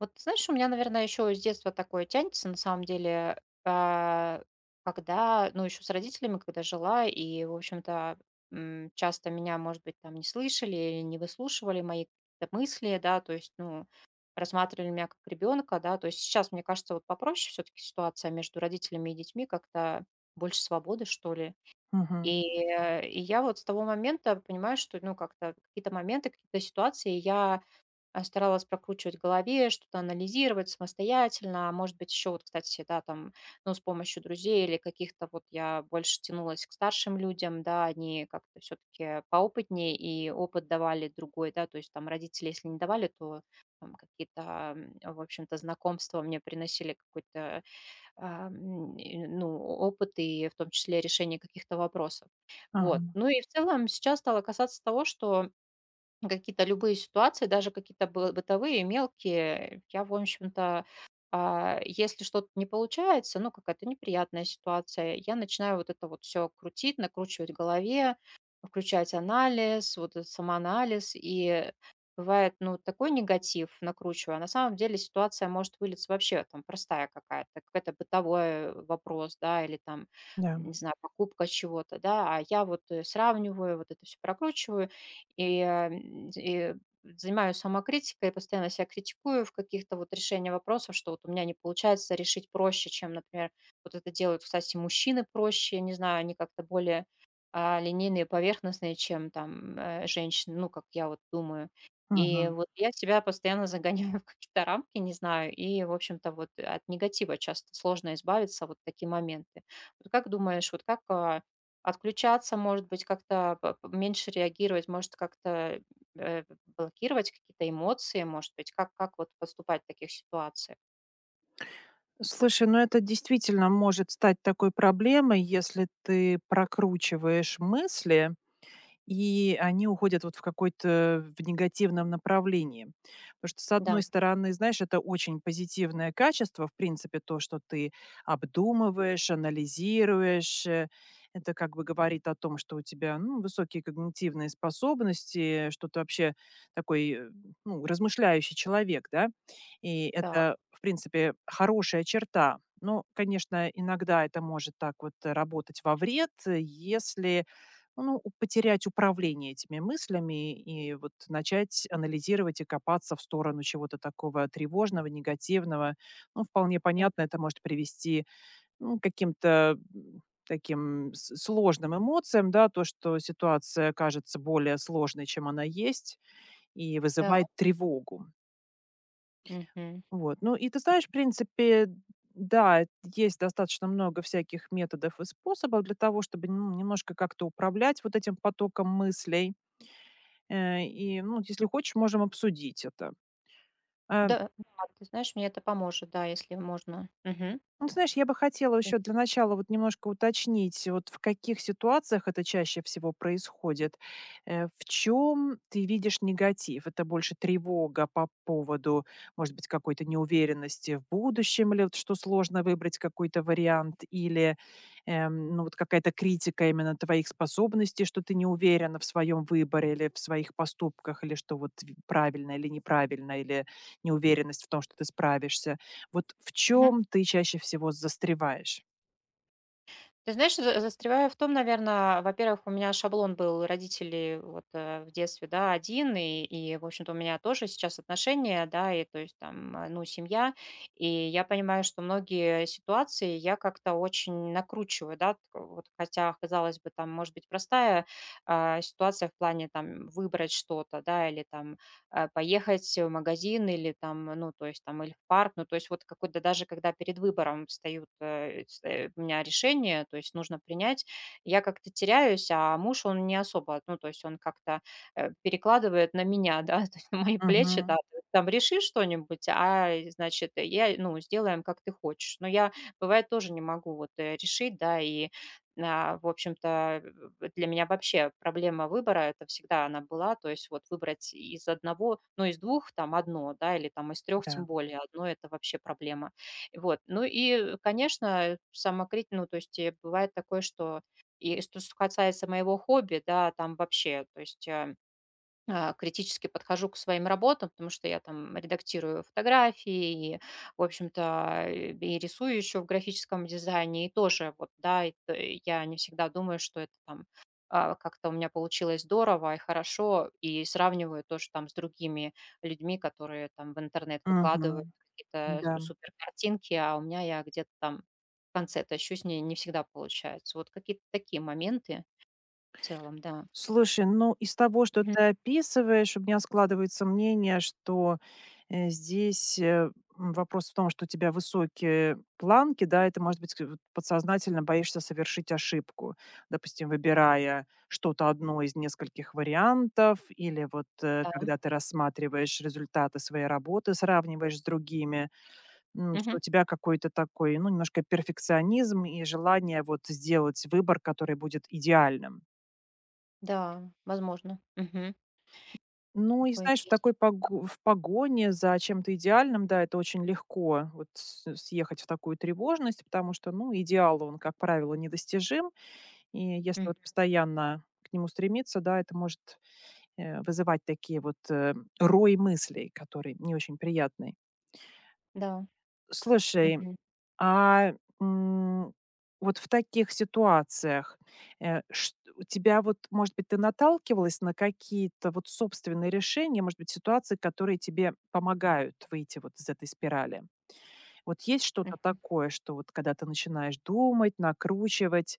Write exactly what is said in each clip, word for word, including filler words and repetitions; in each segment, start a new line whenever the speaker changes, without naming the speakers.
Вот ты знаешь, у меня, наверное, еще с детства такое тянется, на самом деле, а, когда, ну, еще с родителями, когда жила, и, в общем-то, м, часто меня, может быть, там не слышали или не выслушивали мои какие-то мысли, да, то есть, ну, рассматривали меня как ребенка, да, то есть сейчас, мне кажется, вот попроще все-таки ситуация между родителями и детьми, как-то больше свободы, что ли.
Мгм.
И, э, и я вот с того момента понимаю, что, ну, как-то какие-то моменты, какие-то ситуации я а, старалась прокручивать в голове, что-то анализировать самостоятельно. А может быть, еще вот, кстати, да, там, ну, с помощью друзей или каких-то вот я больше тянулась к старшим людям, да, они как-то все-таки поопытнее и опыт давали другой, да, то есть там родители, если не давали, то там какие-то, м, в общем-то, знакомства мне приносили какой-то, а, м, и, ну, опыт и в том числе решение каких-то вопросов. Вот.
Мгм.
Ну и в целом сейчас стало касаться того, что какие-то любые ситуации, даже какие-то бы бытовые, мелкие, я, в общем-то, а, если что-то не получается, ну, какая-то неприятная ситуация, я начинаю вот это вот все крутить, накручивать в голове, включать анализ, вот этот самоанализ. И бывает, ну, вот такой негатив накручиваю, а на самом деле ситуация может вылиться вообще там простая какая-то, какой-то бытовой вопрос, да, или там,
Да.
не знаю, покупка чего-то, да. А я вот, э, сравниваю, вот это все прокручиваю. И, а, и занимаюсь самокритикой, постоянно себя критикую в каких-то вот решении вопросов, что вот у меня не получается решить проще, чем, например, вот это делают, кстати, мужчины проще, не знаю, они как-то более а, линейные, поверхностные, чем там э, женщины, ну, как я вот думаю. И
Мгм.
вот я себя постоянно загоняю в какие-то рамки, не знаю, и, в общем-то, вот от негатива часто сложно избавиться, вот такие моменты. Вот как думаешь, вот как а, отключаться, может быть, как-то п- п- меньше реагировать, может, как-то э, блокировать какие-то эмоции, может быть, как, как вот поступать в таких ситуациях.
Слушай, ну это действительно может стать такой проблемой, если ты прокручиваешь мысли и они уходят вот в какой-то в негативном направлении. Потому что, с
Да,
одной стороны, знаешь, это очень позитивное качество, в принципе, то, что ты обдумываешь, анализируешь. э, Это как бы говорит о том, что у тебя ну, высокие когнитивные способности, что ты вообще такой э, ну, размышляющий человек, да. И
так,
это, в принципе, хорошая черта. Но, конечно, иногда это может так вот э, работать во вред, э, если ну, у потерять управление этими мыслями и вот начать анализировать и копаться в сторону чего-то такого тревожного, негативного. Ну, вполне
ну
понятно, это может привести, ну, к каким-то, м, таким с сложным эмоциям, да. То, что ситуация кажется более сложной, чем она есть, и
да.
вызывает тревогу.
Мгм.
Вот. Ну и ты знаешь, в принципе, да, есть достаточно много всяких методов и способов для того, чтобы, ну, немножко как-то управлять вот этим потоком мыслей. Э, и, ну, вот если хочешь, можем обсудить это. А,
Да, да, ты знаешь, мне это поможет, да, если можно. Мгм.
Ну, знаешь, я бы хотела еще для начала вот немножко уточнить, вот в каких ситуациях это чаще всего происходит. Э, В чем ты видишь негатив? Это больше тревога по поводу, может быть, какой-то неуверенности в будущем, или вот что сложно выбрать какой-то вариант, или эм, ну, вот какая-то критика именно твоих способностей, что ты не уверена в своем выборе или в своих поступках, или что вот в- правильно или неправильно, или неуверенность в том, что ты справишься, вот в
Мгм.
чем ты чаще всего застреваешь?
Ты знаешь, за застреваю в том, наверное, во-первых, у меня шаблон был, родители вот, э, в детстве, да, один, и и, в общем-то, у меня тоже сейчас отношения, да, и, то есть, там, э, ну, семья. И я понимаю, что многие ситуации я как-то очень накручиваю, да, т вот, хотя, казалось бы, там, может быть, простая, а, ситуация в плане, там, выбрать что-то, да, или, там, э, поехать в магазин или там, ну, то есть там, или в парк. Ну, то есть вот какой-то даже, когда перед выбором встают э, с- э, у меня решение, то есть нужно принять, я как-то теряюсь, а муж, он не особо, ну, то есть он как-то э, перекладывает на меня, да, то есть на мои плечи, да:
Мгм.
«Ты там реши что-нибудь, а, значит, я, ну, сделаем, как ты хочешь». Но я, бывает, тоже не могу вот э, решить, да, и а, в общем-то, э, для меня вообще проблема выбора — это всегда она была. То есть вот выбрать из одного, ну, из двух там одно да, или там из трех
Да.
тем более одно — это вообще проблема. Вот. Ну и, конечно, самокрит ну, то есть, э, бывает такое, что и что с касается моего хобби, да, там вообще, то есть, а а, критически подхожу к своим работам, потому что я там редактирую фотографии и, в общем-то, э, и рисую еще в графическом дизайне, и тоже вот, да, и т- я не всегда думаю, что это там а, как-то у меня получилось здорово и хорошо, и сравниваю тоже там с другими людьми, которые там в интернет выкладывают
Мгм.
какие-то
Да.
супер картинки, а у меня я где-то там в конце тащусь, не, не всегда получается. Вот какие-то такие моменты в целом, да.
Слушай, ну, из того, что
Мгм.
ты описываешь, у меня складывается мнение, что, э, здесь, э, м, вопрос в том, что у тебя высокие планки, да, и ты, может быть, к- вот подсознательно боишься совершить ошибку, допустим, выбирая что-то одно из нескольких вариантов или вот, э,
Да.
когда ты рассматриваешь результаты своей работы, сравниваешь с другими. М, что
Мгм.
у тебя какой-то такой, ну, немножко перфекционизм и желание вот сделать выбор, который будет идеальным.
Да, возможно. Мгм.
Ну и
Такое
знаешь, в
есть.
такой пого в погоне за чем-то идеальным, да, это очень легко вот с съехать в такую тревожность, потому что, ну, идеал, он, как правило, недостижим. И если
М,
вот постоянно к нему стремиться, да, это может, э, вызывать такие вот, э, рой мыслей, которые не очень приятный.
да.
Слушай,
Мгм,
А, м, вот в таких ситуациях, э, шт у тебя вот, может быть, ты наталкивалась на какие-то вот собственные решения, может быть, ситуации, которые тебе помогают выйти вот из этой спирали? Вот есть что-то
мгм,
такое, что вот когда ты начинаешь думать, накручивать,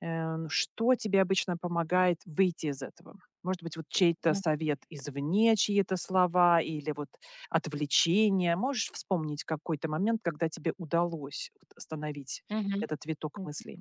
Эм, что тебе обычно помогает выйти из этого? Может быть, вот чей-то совет извне, чьи-то слова или вот отвлечение. Можешь вспомнить какой-то момент, когда тебе удалось вот остановить
мгм,
этот виток
мгм.
мыслей?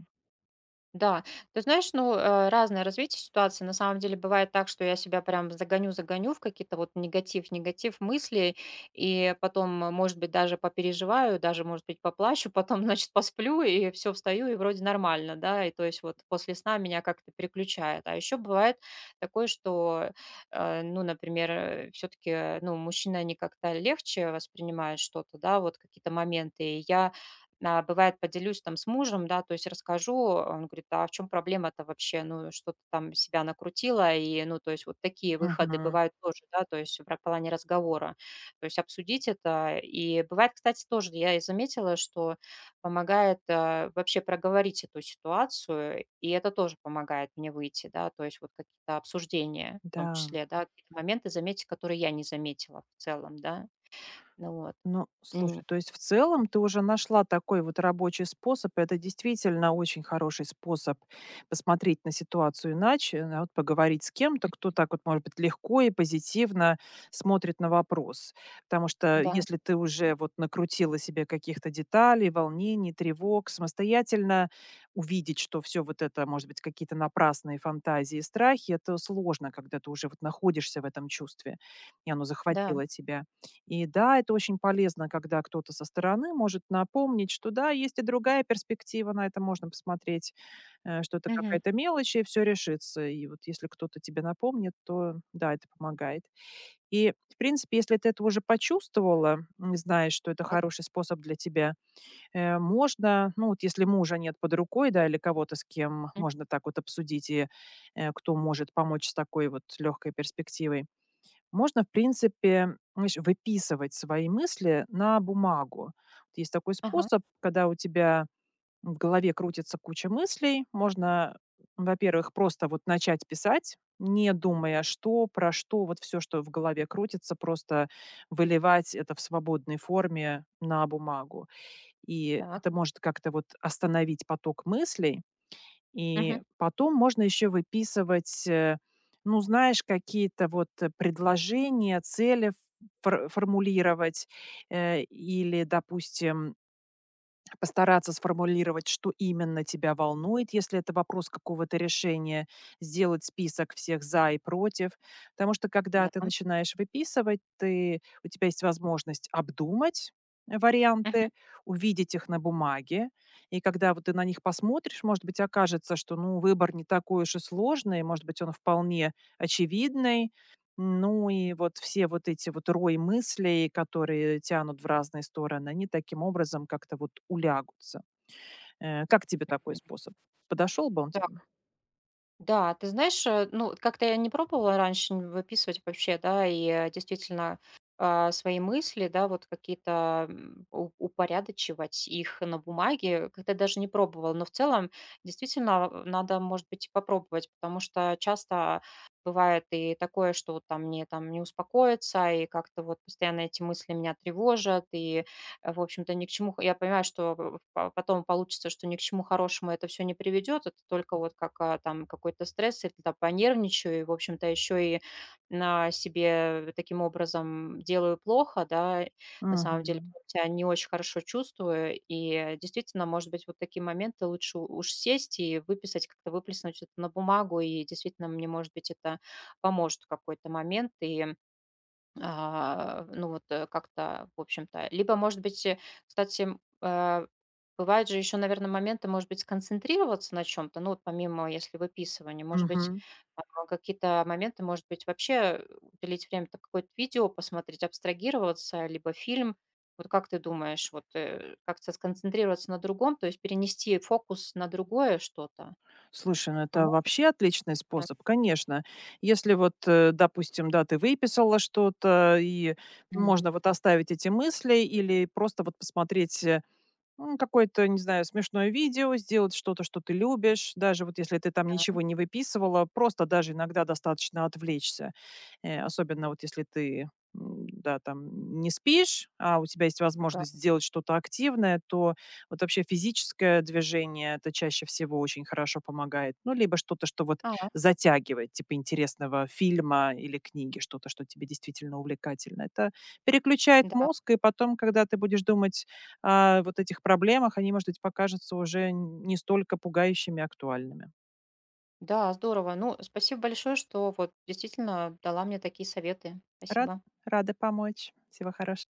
Да, ты знаешь, ну, э, разное развитие ситуации. На самом деле бывает так, что я себя прям загоню-загоню в какие-то вот негатив, негатив мысли, и потом, э, может быть, даже попереживаю, даже, может быть, поплачу, потом, значит, посплю, и все, встаю, и вроде нормально, да, и то есть вот после сна меня как-то переключает. А еще бывает такое, что, э, ну, например, все-таки, ну, мужчины, они как-то легче воспринимают что-то, да, вот какие-то моменты, и я а, бывает, поделюсь там с мужем, да, то есть расскажу, он говорит: «А в чем проблема-то вообще? Ну, что ты там себя накрутила?» И, ну, то есть вот такие выходы
Мгм.
бывают тоже, да, то есть в ра плане разговора. То есть обсудить это. И бывает, кстати, тоже я и заметила, что помогает, а, вообще проговорить эту ситуацию, и это тоже помогает мне выйти, да, то есть вот какие-то обсуждения в том
Да.
числе, да, какие-то моменты заметить, которые я не заметила в целом, да. Ну вот.
Ну,
Мгм.
слушай, то есть в целом ты уже нашла такой вот рабочий способ. и Это действительно очень хороший способ посмотреть на ситуацию иначе, да, вот поговорить с кем-то, кто так вот, может быть, легко и позитивно смотрит на вопрос. Потому что
Да,
если ты уже вот накрутила себе каких-то деталей, волнений, тревог, самостоятельно увидеть, что все вот это, может быть, какие-то напрасные фантазии и страхи, это сложно, когда ты уже вот находишься в этом чувстве, и оно
да.
захватило тебя. И да, это очень полезно, когда кто-то со стороны может напомнить, что да, есть и другая перспектива, на это можно посмотреть, э, что это
Мгм.
какая-то мелочь, и все решится. И вот если кто-то тебе напомнит, то да, это помогает. И, в принципе, если ты это уже почувствовала, м, знаешь, что это
Так.
хороший способ для тебя, э, можно, ну вот если мужа нет под рукой, да, или кого-то, с кем можно так вот обсудить, и э, кто может помочь с такой вот легкой перспективой, можно, в принципе, знаешь, выписывать свои мысли на бумагу. Вот. Есть такой
Ага,
способ, когда у тебя в голове крутится куча мыслей, можно, во-первых, просто вот начать писать, не думая, что, про что, вот все, что в голове крутится, просто выливать это в свободной форме на бумагу. И
так.
это может как-то вот остановить поток мыслей, и
Мгм.
потом можно еще выписывать, э, ну, знаешь, какие-то вот, э, предложения, цели ф фор формулировать, э, или, допустим, постараться сформулировать, что именно тебя волнует, если это вопрос какого-то решения, сделать список всех "за" и "против". Потому что когда
Да.
ты начинаешь выписывать, ты у тебя есть возможность обдумать
Мгм.
варианты, увидеть их на бумаге. И когда вот ты на них посмотришь, может быть, окажется, что, ну, выбор не такой уж и сложный, может быть, он вполне очевидный, ну и вот все вот эти вот рой мыслей, которые тянут в разные стороны, они таким образом как-то вот улягутся. Э, как тебе такой способ? Подошел бы он тебе?
Так. Да, ты знаешь, э, ну, вот как-то я не пробовала раньше н выписывать вообще, да, и, э, действительно, а, свои мысли, да, вот какие-то, м, у упорядочивать их на бумаге. Как-то даже не пробовала, но в целом действительно, э, надо, может быть, и попробовать, потому что часто бывает и такое, что вот там мне там не успокоиться, и как-то вот постоянно эти мысли меня тревожат, и э, в общем-то, ни к чему. Я понимаю, что по- потом получится, что ни к чему хорошему это все не приведет, это только вот как а, там какой-то стресс, или это понервничаю, и, в общем-то, еще и на себе таким образом делаю плохо, да, на самом деле,
Мгм.
потому что я не очень хорошо чувствую, и э, действительно, может быть, вот такие моменты лучше у- уж сесть и выписать, как-то выплеснуть это на бумагу, и действительно, мне, может быть, это поможет в какой-то момент, и а, ну вот, э, как-то, в общем-то. Либо, может быть, э, кстати, м, э, бывают же еще, наверное, моменты, может быть, сконцентрироваться на чем-то, ну вот помимо, если выписывания, может быть,
Мгм.
а, какие-то моменты, может быть, вообще э, уделить время, там, какое-то видео посмотреть, абстрагироваться, либо фильм. Вот как ты думаешь, вот э, как-то сконцентрироваться на другом, то есть перенести фокус на другое что-то?
Слушай, ну это
Поможет?
вообще отличный
Да.
способ, конечно. Если вот, э, допустим, да, ты выписала что-то, и
Мгм.
можно вот оставить эти мысли или просто вот посмотреть э, М, какое-то, не знаю, смешное видео, сделать что-то, что ты любишь, даже вот если ты там
Да,
ничего не выписывала, просто даже иногда достаточно отвлечься. Э, особенно вот если ты, м, да, там не спишь, а у тебя есть
да.
возможность сделать что-то активное, то вот вообще физическое движение- это чаще всего очень хорошо помогает. Ну, либо что-то, что вот
Ага,
затягивает, типа интересного фильма или книги, что-то, что тебе действительно увлекательно. Это
а,
переключает
да.
мозг, и потом, когда ты будешь думать а, вот этих проблемах, они, может быть, покажутся уже не столько пугающими и актуальными.
Да, здорово. Ну, спасибо большое, что вот действительно дала мне такие советы.
Рада,
Спасибо.
рада помочь. Всего хорошего.